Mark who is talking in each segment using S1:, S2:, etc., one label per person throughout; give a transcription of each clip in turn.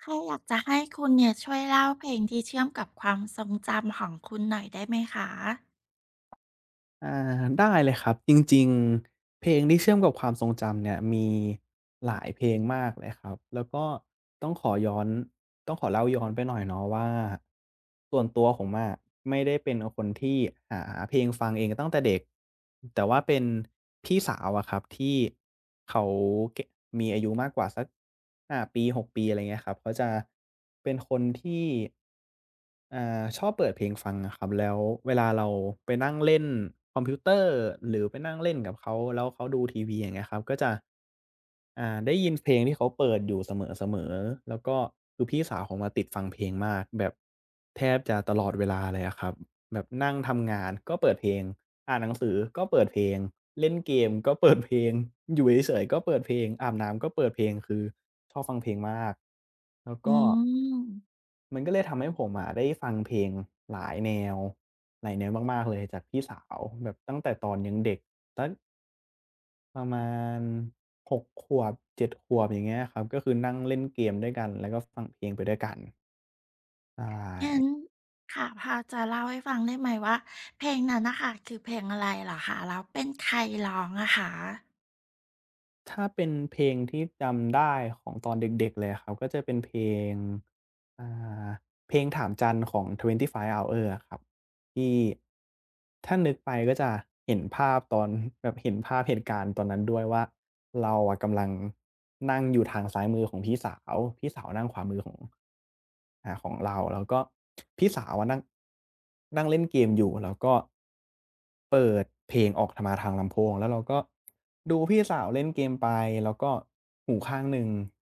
S1: แค่อยากจะให้คุณเนี่ยช่วยเล่าเพลงที่เชื่อมกับความทรงจำของคุณหน่อยได้ไหมคะ
S2: อได้เลยครับจริงๆเพลงที่เชื่อมกับความทรงจำเนี่ยมีหลายเพลงมากเลยครับแล้วก็ต้องขอย้อนต้องขอเล่าย้อนไปหน่อยเนาะว่าส่วนตัวผมอะไม่ได้เป็นคนที่หาเพลงฟังเองตั้งแต่เด็กแต่ว่าเป็นพี่สาวอะครับที่เขาแกมีอายุมากกว่าสักปีหกปีอะไรเงี้ยครับเขาจะเป็นคนที่ ชอบเปิดเพลงฟังอะครับแล้วเวลาเราไปนั่งเล่นคอมพิวเตอร์หรือไปนั่งเล่นกับเขาแล้วเขาดูทีวีอย่างเงี้ยครับก็จะได้ยินเพลงที่เขาเปิดอยู่เสมอๆแล้วก็คือพี่สาวผมอะติดฟังเพลงมากแบบแทบจะตลอดเวลาเลยอะครับแบบนั่งทำงานก็เปิดเพลงอ่านหนังสือก็เปิดเพลงเล่นเกมก็เปิดเพลงอยู่เฉยๆก็เปิดเพลงอาบน้ำก็เปิดเพลงคือชอบฟังเพลงมากแล้ว
S1: อื
S2: ก็
S1: ม
S2: มันก็เลยทำให้ผมอะได้ฟังเพลงหลายแนวหลายแนวมากๆเลยจากพี่สาวแบบตั้งแต่ตอนยังเด็กสักประมาณ6ขวบ7ขวบอย่างเงี้ยครับก็คือนั่งเล่นเกมด้วยกันแล้วก็ฟังเพลงไปด้วยกันใช่
S1: งั้นค่ะพอจะเล่าให้ฟังได้ไหมว่าเพลงนั้นน่ะค่ะคือเพลงอะไรเหรอคะแล้วเป็นใครร้องอะคะ
S2: ถ้าเป็นเพลงที่จำได้ของตอนเด็กๆเลยอะครับก็จะเป็นเพลงอ่าเพลงถามจันของ25 Hours อะครับที่ถ้านึกไปก็จะเห็นภาพตอนแบบเห็นภาพเหตุการณ์ตอนนั้นด้วยว่าเราอะกำลังนั่งอยู่ทางซ้ายมือของพี่สาวพี่สาวนั่งขวามือของของเราแล้วก็พี่สาวอะนั่งนั่งเล่นเกมอยู่แล้วก็ เพลงออกธรรมาทางลำโพงแล้วเราก็ดูพี่สาวเล่นเกมไปแล้วก็หูข้างหนึ่ง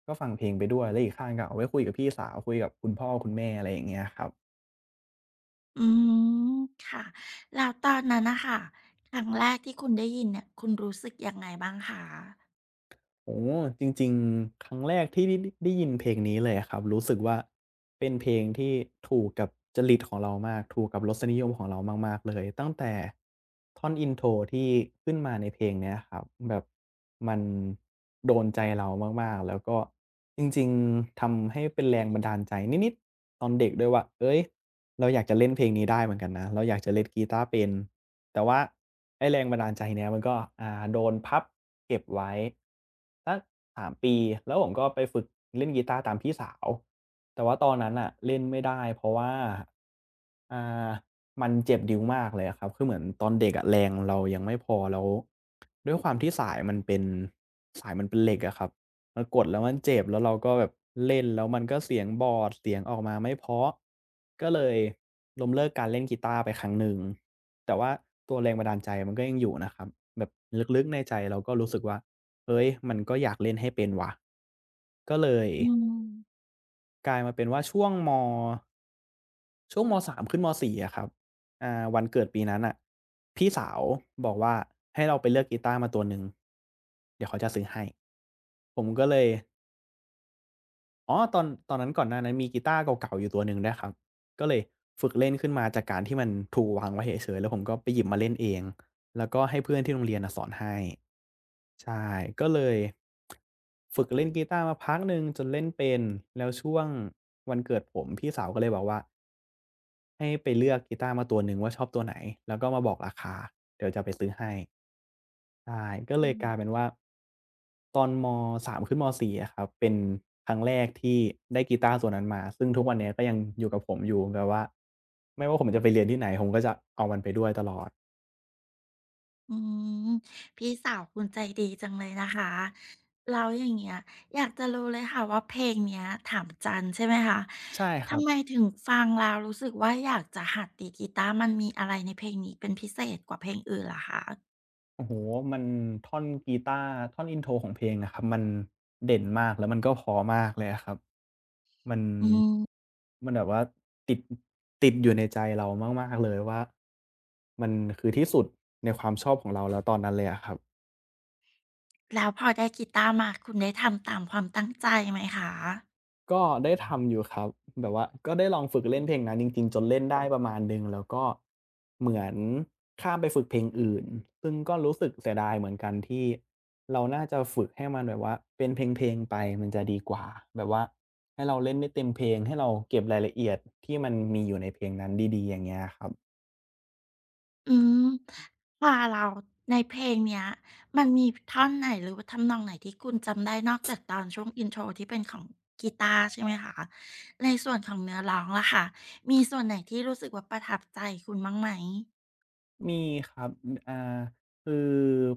S2: ก็ฟังเพลงไปด้วยแล้วอีกข้างก็เอาไว้คุยกับพี่สาวคุยกับคุณพ่อคุณแม่อะไรอย่างเงี้ยครับ
S1: อืมค่ะ แล้วตอนนั้นน่ะค่ะครั้งแรกที่คุณได้ยินเนี่ยคุณรู้สึกยังไงบ้างคะ
S2: โอ้โฮจริงๆครั้งแรกที่ได้ยินเพลงนี้เลยอะครับรู้สึกว่าเป็นเพลงที่ถูกกับจริตของเรามากถูกกับรสนิยมของเรามากๆเลยตั้งแต่ท่อน intro ที่ขึ้นมาในเพลงเนี้ยครับแบบมันโดนใจเรามากๆแล้วก็จริงๆทำให้เป็นแรงบันดาลใจนิดๆตอนเด็กด้วยว่าเฮ้ยเราอยากจะเล่นเพลงนี้ได้เหมือนกันนะเราอยากจะเล่นกีตาร์เป็น แต่ว่าไอ้แรงบันดาลใจเนี้ยมันก็โดนพับเก็บไว้สัก3ปีแล้วผมก็ไปฝึกเล่นกีตาร์ตามพี่สาวแต่ว่าตอนนั้นน่ะเล่นไม่ได้เพราะว่าอ่ามันเจ็บนิ้วมากเลยอะครับคือเหมือนตอนเด็กอะแรงเรายังไม่พอแล้วด้วยความที่สายมันเป็นเหล็กอะครับมันกดแล้วมันเจ็บแล้วเราก็แบบเล่นแล้วมันก็เสียงบอดเสียงออกมาไม่เพราะก็เลยล้มเลิกการเล่นกีตาร์ไปครั้งหนึ่ง แต่ว่าตัวแรงบันดาลใจมันก็ยังอยู่นะครับแบบลึกๆในใจเราก็รู้สึกว่าเฮ้ยมันก็อยากเล่นให้เป็นว่ะก็เลย
S1: อืม
S2: กลายมาเป็นว่าช่วงม3ขึ้นม4อะครับวันเกิดปีนั้นอะพี่สาวบอกว่าให้เราไปเลือกกีตาร์มาตัวหนึ่งเดี๋ยวเขาจะซื้อให้ผมก็เลย อ๋อตอนนั้นก่อนหน้านั้นมีกีตาร์เก่าๆอยู่ตัวหนึ่งด้วยครับก็เลยฝึกเล่นขึ้นมาจากการที่มันถูกวางไว้เฉยๆแล้วผมก็ไปหยิบมาเล่นเองแล้วก็ให้เพื่อนที่โรงเรียนน่ะสอนให้ใช่ก็เลยฝึกเล่นกีตาร์มาพักหนึ่งจนเล่นเป็นแล้วช่วงวันเกิดผมพี่สาวก็เลยบอกว่าให้ไปเลือกกีตาร์มาตัวหนึ่งว่าชอบตัวไหนแล้วก็มาบอกราคาเดี๋ยวจะไปซื้อให้ ใช่ก็เล
S1: อื
S2: ยกลายเป็
S1: ม
S2: นว่าตอนม3ขึ้นม4อะครับเป็นครั้งแรกที่ได้กีตาร์ตัวนั้นมาซึ่งทุกวันเนี้ยก็ยังอยู่กับผมอยู่แบบว่าไม่ว่าผมจะไปเรียนที่ไหนผมก็จะเอามันไปด้วยตลอด
S1: อืมพี่สาวคุณใจดีจังเลยนะคะแล้วอย่างเงี้ยอยากจะรู้เลยค่ะว่าเพลงเนี้ยถามจันใช่ไหมคะ
S2: ใช่ครั
S1: ทำ
S2: บ
S1: ไมถึงฟังแล้วรู้สึกว่าอยากจะหัดดีดกีตาร์มันมีอะไรในเพลงนี้เป็นพิเศษกว่าเพลงอื่นเหรอคะ
S2: โอ้โฮมันท่อนกีตาร์ท่อน intro ของเพลงอะครับมันเด่นมากแล้วมันก็เพราะมากเลยอะครับมัน
S1: อืม
S2: แบบว่าติดติดอยู่ในใจเรามากๆเลยว่ามันคือที่สุดในความชอบของเราแล้วตอนนั้นเลยอะครับ
S1: แล้วพอได้กีตาร์มาคุณได้ทำตามความตั้งใจไหมคะ
S2: ก็ได้ทำอยู่ครับแบบว่าก็ได้ลองฝึกเล่นเพลงนั้นจริงๆจนเล่นได้ประมาณหนึ่งแล้วก็เหมือนข้ามไปฝึกเพลงอื่นซึ่งก็รู้สึกเสียดายเหมือนกันที่เราน่าจะฝึกให้มันแบบว่าเป็นเพลงๆไปมันจะดีกว่าแบบว่าให้เราเล่นได้เต็มเพลงให้เราเก็บรายละเอียดที่มันมีอยู่ในเพลงนั้นดีๆอย่างเงี้ยครับ
S1: อืมพาเราในเพลงเนี้ยมันมีท่อนไหนหรือว่าทำนองไหนที่คุณจำได้นอกจากตอนช่วง intro ที่เป็นของกีตาร์ใช่ไหมคะ ในส่วนของเนื้อร้องล่ะค่ะ มีส่วนไหนที่รู้สึกว่าประทับใจคุณบ้างไหม
S2: มีครับออ่าคือ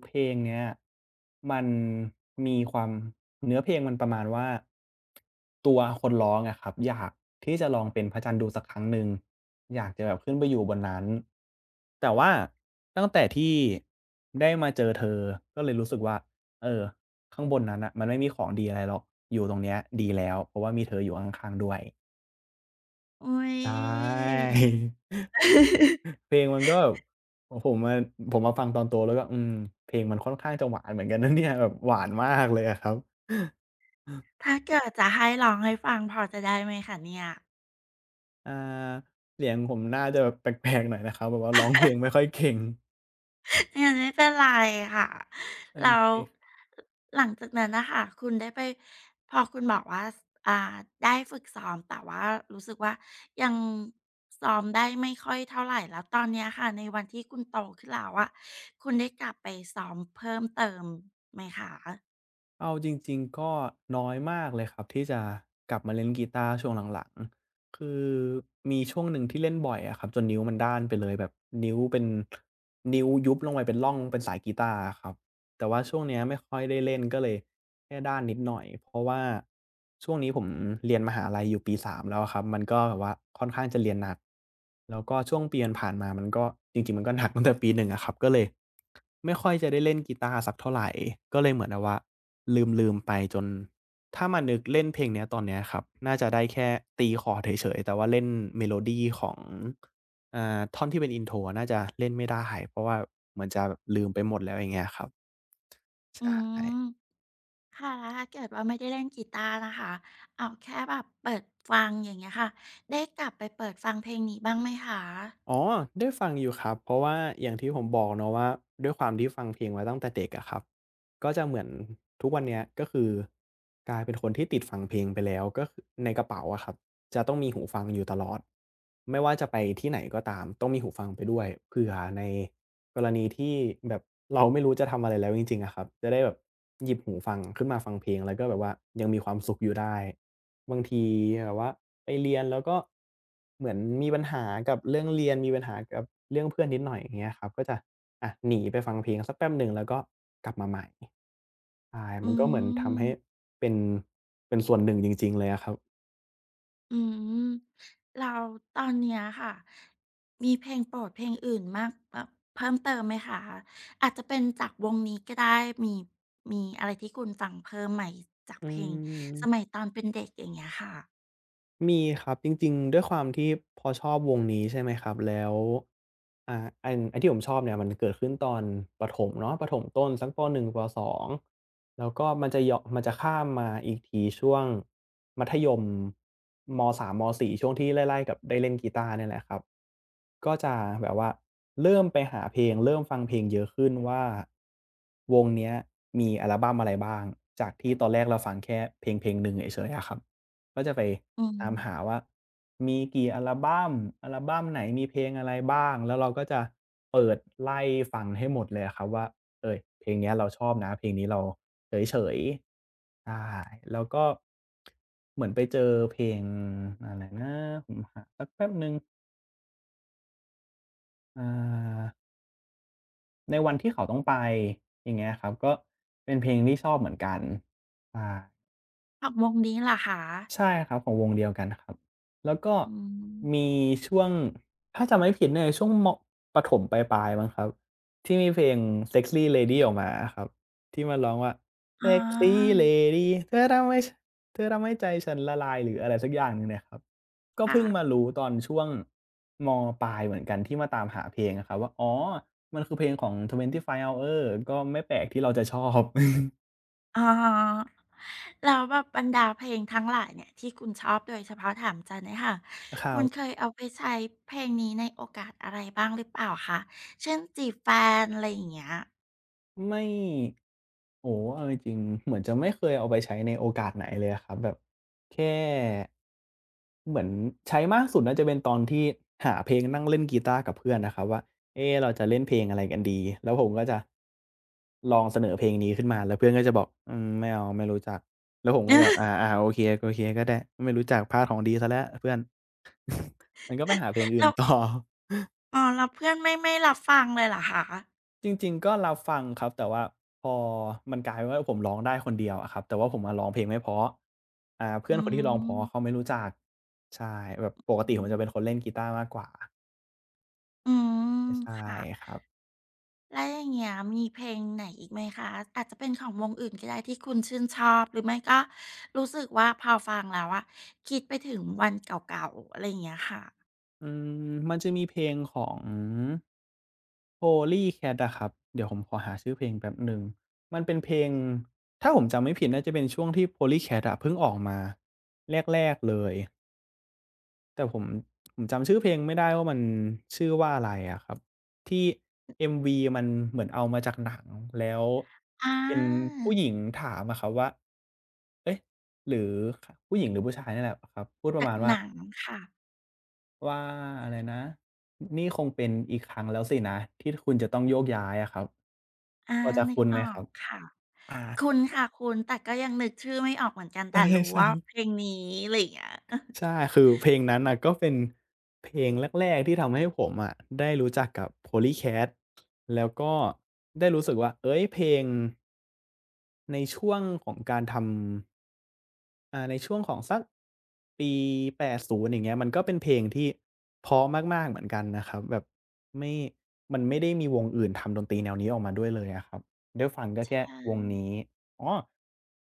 S2: เพลงเนี้ยมันมีความเนื้อเพลงมันประมาณว่าตัวคนร้องอะครับอยากที่จะลองเป็นพระจันทร์ดูสักครั้งหนึ่งอยากจะแบบขึ้นไปอยู่บนนั้นแต่ว่าตั้งแต่ที่ได้มาเจอเธอ ก็เลยรู้สึกว่าเออข้างบนนั้นน่ะมันไม่มีของดีอะไรหรอกอยู่ตรงเนี้ยดีแล้วเพราะว่ามีเธออยู่ข้างๆด้วย
S1: อุ๊ย
S2: ใช่ เพลงมันก็โอผมอผมมาฟังตอนโตแล้วก็อืมเพลงมันค่อนข้างจะหวานเหมือนกันนะเนี่ย แบบหวานมากเลยอะครับ
S1: ถ้าเกิดจะให้ร้องให้ฟังพอจะได้ไหมคะเนี่ย
S2: อ่าเสียงผมน่าจะแบบแปลกๆหน่อยนะครับแบบว่าร้องเพลงไม่ค่อยเก่ง
S1: ยังไม่เป็นไรค่ะ
S2: โอ
S1: แล้ว
S2: เค
S1: หลังจากนั้นนะคะคุณได้ไปพอคุณบอกว่าอ่าได้ฝึกซ้อมแต่ว่ารู้สึกว่ายังซ้อมได้ไม่ค่อยเท่าไรแล้วตอนเนี้ยค่ะในวันที่คุณโตขึ้นแล้วอะคุณได้กลับไปซ้อมเพิ่มเติมไหมคะ
S2: เอาจริงๆก็น้อยมากเลยครับที่จะกลับมาเล่นกีตาร์ช่วงหลังๆคือมีช่วงหนึ่งที่เล่นบ่อยอะครับจนนิ้วมันด้านไปเลยแบบนิ้วเป็นนิ้วยุบลงไปเป็นร่องเป็นสายกีตาร์อะครับ แต่ว่าช่วงเนี้ยไม่ค่อยได้เล่นก็เลยแค่ด้านนิดหน่อยเพราะว่าช่วงนี้ผมเรียนมหาลัยอยู่ปี3แล้วอะครับมันก็แบบว่าค่อนข้างจะเรียนหนักแล้วก็ช่วงปีผ่านๆมามันก็จริงๆมันก็หนักตั้งแต่ปีหนงอะครับก็เลยไม่ค่อยจะได้เล่นกีตาร์สักเท่าไรก็เลยเหมือนแบบว่าลืมๆไปจนถ้ามานึกเล่นเพลงเนี้ยตอนเนี้ยครับน่าจะได้แค่ตีคอร์ดเฉยๆแต่ว่าเล่นเมโลดีของท่อนที่เป็น intro อะน่าจะเล่นไม่ได้เพราะว่าเหมือนจะลืมไปหมดแล้วอย่างเงี้ยครับ ใช
S1: อืม
S2: ่
S1: ค่ะแล้วถ้าเกิดว่าไม่ได้เล่นกีตาร์นะคะเอาแค่แบบเปิดฟังอย่างเงี้ยค่ะได้กลับไปเปิดฟังเพลงนี้บ้างไหมคะ
S2: อ๋อ ได้ฟังอยู่ครับ เพราะว่าอย่างที่ผมบอกเนาะว่าด้วยความที่ฟังเพลงมาตั้งแต่เด็กอะครับ ก็จะเหมือนทุกวันเนี้ยก็คือกลายเป็นคนที่ติดฟังเพลงไปแล้วก็คือในกระเป๋าอะครับจะต้องมีหูฟังอยู่ตลอดไม่ว่าจะไปที่ไหนก็ตามต้องมีหูฟังไปด้วยเผื่อในกรณีที่แบบเราไม่รู้จะทำอะไรแล้วจริงๆอะครับจะได้แบบหยิบหูฟังขึ้นมาฟังเพลงแล้วก็แบบว่ายังมีความสุขอยู่ได้บางทีแบบว่าไปเรียนแล้วก็เหมือนมีปัญหากับเรื่องเรียนมีปัญหากับเรื่องเพื่อนนิดหน่อยอย่างเงี้ยครับก็จะอะหนีไปฟังเพลงสักแป๊บหนึ่งแล้วก็กลับมาใหม่ ใช่มั
S1: อื
S2: นก็เหมือนทำให้
S1: ม
S2: เป็นเป็นส่วนหนึ่งจริงๆเลยอะครับ
S1: อืมเราตอนเนี้ยค่ะมีเพลงโปรดเพลงอื่นมากเพิ่มเติมไหมคะอาจจะเป็นจากวงนี้ก็ได้มีมีอะไรที่คุณฟังเพิ่มใหม่จาก
S2: อื
S1: เพลงสมัย
S2: ม
S1: ตอนเป็นเด็กอย่างเงี้ยค่ะ
S2: มีครับจริงๆด้วยความที่พอชอบวงนี้ใช่ไหมครับแล้วอ่าอันไอ้ที่ผมชอบเนี่ยมันเกิดขึ้นตอนประถมเนาะประถมต้นสักป1ป2แล้วก็มันจะข้ามมาอีกทีช่วงมัธยมม3ม4ช่วงที่ไล่ๆกับได้เล่นกีตาร์เนี่ยแหละครับก็จะแบบว่าเริ่มไปหาเพลงเริ่มฟังเพลงเยอะขึ้นว่าวงเนี้ยมีอัลบัมอะไรบ้างจากที่ตอนแรกเราฟังแค่เพลงๆหนึ่งเฉยๆอะครับ ก็จะไป
S1: อืม
S2: ตามหาว่ามีกี่อัลบัมอัลบัมไหนมีเพลงอะไรบ้าง แล้วเราก็จะเปิดไล่ฟังให้หมดเลยอะครับว่าเอ่ยเพลงเนี้ยเราชอบนะเพลงนี้เราเฉยๆใช่แล้วก็เหมือนไปเจอเพลงอะไรนะผมหาสักแป๊บหนึ่งอ่าในวันที่เขาต้องไปอย่างเงี้ยครับก็เป็นเพลงที่ชอบเหมือนกันใช่
S1: ของวงนี้ล่ะอคะ
S2: ใช่ครับของวงเดียวกันครับแล้วก็
S1: อื
S2: มี
S1: ม
S2: ช่วงถ้าจำไม่ผิดเนี่ยช่วงประถมปลายๆมั้งครับที่มีเพลง "Sexy Lady" ออกมาอะครับที่มันร้องว่า
S1: อ๋อ
S2: "Sexy Lady เธอทำให้ใจฉันละลายหรืออะไรสักอย่างหนึ่งเนี่ยครับก็
S1: ค่ะ
S2: เพิ่งมารู้ตอนช่วงมปลายเหมือนกันที่มาตามหาเพลงอะครับว่าอ๋อมันคือเพลงของ25 Hours ก็ไม่แปลกที่เราจะชอบ
S1: อ๋อ แล้วแบบบรรดาเพลงทั้งหลายเนี่ยที่คุณชอบโดยเฉพาะถามจันเนี่ยค่ะ
S2: ครั
S1: คุณเค
S2: บ
S1: ยเอาไปใช้เพลงนี้ในโอกาสอะไรบ้างหรือเปล่าคะเช่นจีบแฟนอะไรอย่างเงี้ย
S2: ไม่โอ้โฮเอาจริงๆเหมือนจะไม่เคยเอาไปใช้ในโอกาสไหนเลยอะครับแบบแค่เหมือนใช้มากสุดน่าจะเป็นตอนที่หาเพลงนั่งเล่นกีตาร์กับเพื่อนนะครับว่าเอ๊เราจะเล่นเพลงอะไรกันดีแล้วผมก็จะลองเสนอเพลงนี้ขึ้นมาแล้วเพื่อนก็จะบอกอืมไม่เอาไม่รู้จักแล้วผมก็แบบอา ๆโอเคโอเคก็ได้ไม่รู้จักพลาดของดีเสียแล้วเพื่อนมันก็ไปหาเพลงอื่
S1: แล้
S2: น
S1: ว
S2: ต่อ
S1: อ๋อแล้วเพื่อนไม่รับฟังเลยเหรอคะ
S2: จริงๆก็รับฟังครับแต่ว่าพอมันกลายเป็นว่าผมร้องได้คนเดียวอะครับแต่ว่าผมอะร้องเพลงไม่เพราะเพื่
S1: อื
S2: อนคนที่ร้องเพราะเขา
S1: ม
S2: ไม่รู้จักใช่แบบปก
S1: อื
S2: ติผมจะ
S1: ม
S2: เป็นคนเล่นกีตาร์มากกว่า
S1: อืม
S2: ใช่
S1: ค่ะ
S2: ครับ
S1: แล้วอย่างเงี้ยมีเพลงไหนอีกไหมคะอาจจะเป็นของวงอื่นก็ได้ที่คุณชื่นชอบหรือไม่ก็รู้สึกว่าพอฟังแล้วอะคิดไปถึงวันเก่าๆอะไรอย่างเงี้ยค่ะ
S2: อืมมันจะมีเพลงของ Polycat อะครับเดี๋ยวผมขอหาชื่อเพลงแป๊บหนึ่งมันเป็นเพลงถ้าผมจำไม่ผิดน่าจะเป็นช่วงที่ Polycat อะเพิ่งออกมาแรกๆเลย แต่ผมจำชื่อเพลงไม่ได้ว่ามันชื่อว่าอะไรอะครับที่ MV มันเหมือนเอามาจากหนังแล้ว
S1: อา
S2: เป็นผู้หญิงถามอะครับว่าเอ๊ะหรือขผู้หญิงหรือผู้ชายเนี่ยแหละครับพูดประ
S1: จาก
S2: มาณ
S1: ห
S2: ว่า
S1: นังค่ะ
S2: ว่าอะไรนะนี่คงเป็นอีกครั้งแล้วสินะที่คุณจะต้องโยกย้ายอะครับ
S1: อา
S2: พอจะ
S1: นึก
S2: คุ้นไห
S1: อ
S2: ม
S1: อ
S2: ครั
S1: ก
S2: บ
S1: ค่ะ
S2: อา
S1: คุ้นค่ะคุ้นแต่ก็ยังนึกชื่อไม่ออกเหมือนกันแต่รู้
S2: ใช่
S1: ว่าเพ
S2: ๆ
S1: ลงนี้อะไรอย่างเงี้ย
S2: ใช่คือเพลงนั้นน่ะก็เป็นเพลงแรกๆที่ทำให้ผมอะได้รู้จักกับ Polycat แล้วก็ได้รู้สึกว่าเฮ้ยเพลงในช่วงของการทำในช่วงของสักปี80อย่างเงี้ยมันก็เป็นเพลงที่เพราะมากๆเหมือนกันนะครับแบบไม่มันไม่ได้มีวงอื่นทำดนตรีแนวนี้ออกมาด้วยเลยอะครับได้ฟังก็
S1: ใช
S2: แค่วง
S1: ่
S2: นี้อ๋อ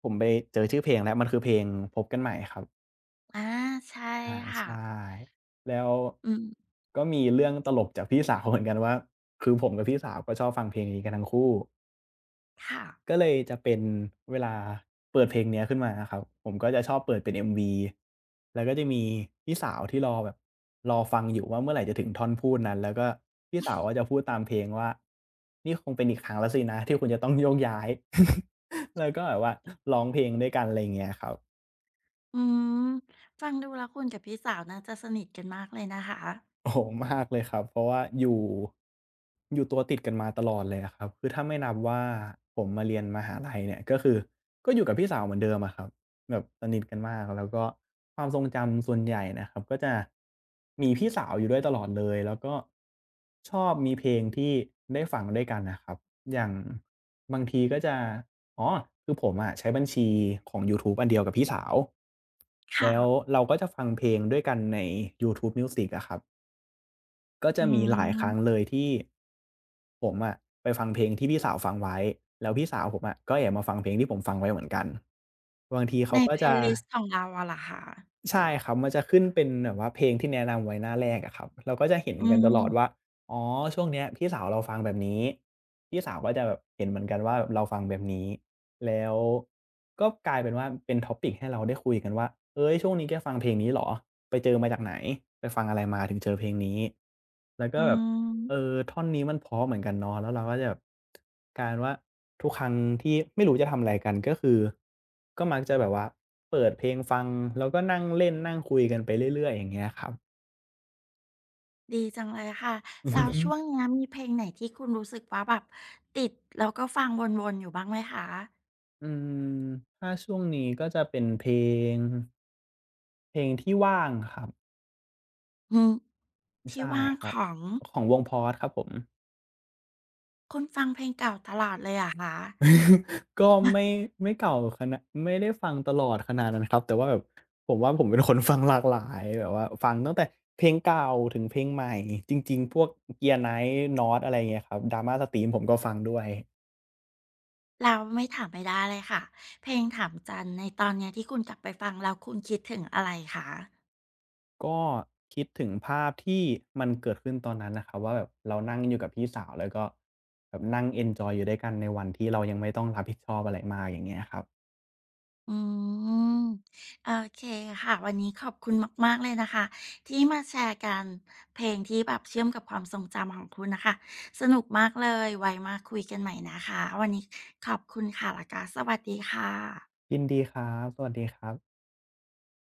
S2: ผมไปเจอชื่อเพลงแล้วมันคือเพลงพบกันใหม่ครับ
S1: อาใช่
S2: อา
S1: ค่ะ
S2: ใช่แล้ว
S1: อืม
S2: ก็มีเรื่องตลกจากพี่สาวเหมือนกันว่าคือผมกับพี่สาวก็ชอบฟังเพลงนี้กันทั้งคู่
S1: ค่ะ
S2: ก็เลยจะเป็นเวลาเปิดเพลงเนี้ยขึ้นมาอะครับผมก็จะชอบเปิดเป็น MV แล้วก็จะมีพี่สาวที่รอแบบรอฟังอยู่ว่าเมื่อไหร่จะถึงท่อนพูดนั้นแล้วก็พี่สาวก็จะพูดตามเพลงว่านี่คงเป็นอีกครั้งแล้วสินะที่คุณจะต้องโยกย้าย แล้วก็แบบว่าร้องเพลงด้วยกันอะไรอย่างเงี้ยครับ
S1: อืมฟังดูแล้วคุณกับพี่สาวน่าจะสนิทกันมากเลยนะคะ
S2: โอ้โฮมากเลยครับเพราะว่าอยู่ตัวติดกันมาตลอดเลยอะครับคือถ้าไม่นับว่าผมมาเรียนมหาลัยเนี่ยก็คือก็อยู่กับพี่สาวเหมือนเดิมอะครับแบบสนิทกันมากแล้วก็ความทรงจำส่วนใหญ่นะครับก็จะมีพี่สาวอยู่ด้วยตลอดเลยแล้วก็ชอบมีเพลงที่ได้ฟังด้วยกันน่ะครับอย่างบางทีก็จะอ๋อคือผมอะใช้บัญชีของยูทูบอันเดียวกับพี่สาว
S1: ค่ะ
S2: แล้วเราก็จะฟังเพลงด้วยกันในยูทูบมิวสิกอะครับ ก็จะ
S1: อื
S2: มีหลายครั้งเล
S1: ม
S2: ยที่ผมอะไปฟังเพลงที่พี่สาวฟังไว้แล้วพี่สาวผมอะก็แอบมาฟังเพลงที่ผมฟังไว้เหมือนกันบางทีเขา
S1: ใน
S2: ก็จะ
S1: playlist ของเราอะเหรอคะ
S2: ใช่ครับมันจะขึ้นเป็นแบบว่าเพลงที่แนะนำไว้หน้าแรกอะครับเราก็จะเห็น
S1: อื
S2: กันตลอดว่า
S1: ม
S2: อ๋อช่วงเนี้ยพี่สาวเราฟังแบบนี้พี่สาวก็จะแบบเห็นเหมือนกันว่าเราฟังแบบนี้แล้วก็กลายเป็นว่าเป็น topic ให้เราได้คุยกันว่าเฮ้ยช่วงนี้แกฟังเพลงนี้เหรอไปเจอมาจากไหนไปฟังอะไรมาถึงเจอเพลงนี้แล้วก็
S1: อื
S2: แบบ เอ
S1: ม
S2: อท่อนนี้มันเพราะเหมือนกันเนาะแล้วเราก็จะแบบกลายเป็นว่าทุกครั้งที่ไม่รู้จะทำอะไรกันก็คือก็มักจะแบบว่าเปิดเพลงฟังแล้วก็นั่งเล่นนั่งคุยกันไปเรื่อยๆอย่างเงี้ยครับ
S1: ดีจังเลยค่ะ
S2: อือฮึ
S1: แล้วช่วงเนี้ยมีเพลงไหนที่คุณรู้สึกว่าแบบติดแล้วก็ฟังวนๆอยู่บ้างไหมคะ
S2: อืมถ้าช่วงนี้ก็จะเป็นเพลงเพลงที่ว่างครับ
S1: อืม ที่
S2: ใช่
S1: ว่าง
S2: ครั
S1: ข
S2: บ
S1: อง
S2: ของวงพอ u s e ครับผม
S1: คุณฟังเพลงเก่าตลอดเลยเหรอะคะ
S2: ก็ไม่ไม่เก่าขนาดไม่ได้ฟังตลอดขนาดนั้นครับแต่ว่าแบบผมว่าผมเป็นคนฟังหลากหลายแบบว่าฟังตั้งแต่เพลงเก่าถึงเพลงใหม่จริงๆพวก Gear Night North อะไรอย่างเงี้ยครับ Drama Stream ผมก็ฟังด้วย
S1: เราไม่ถามไม่ได้เลยค่ะ เพลงถามจันในตอนเนี้ยที่คุณกลับไปฟังแล้วคุณคิดถึงอะไรคะ
S2: ก็คิดถึงภาพที่มันเกิดขึ้นตอนนั้นนะครับว่าแบบเรานั่งอยู่กับพี่สาวแล้วก็แบบนั่งเอนจอยอยู่ด้วยกันในวันที่เรายังไม่ต้องรับผิดชอบอะไรมากอย่างเงี้ยครับ
S1: อืมโอเคค่ะวันนี้ขอบคุณมากๆเลยนะคะที่มาแชร์กันเพลงที่แบบเชื่อมกับความทรงจำของคุณนะคะสนุกมากเลย ไว้มาคุยกันใหม่นะคะวันนี้ขอบคุณค่ะและวก็สวัสดีค่ะ
S2: ยินดีครับสวัสดีครับ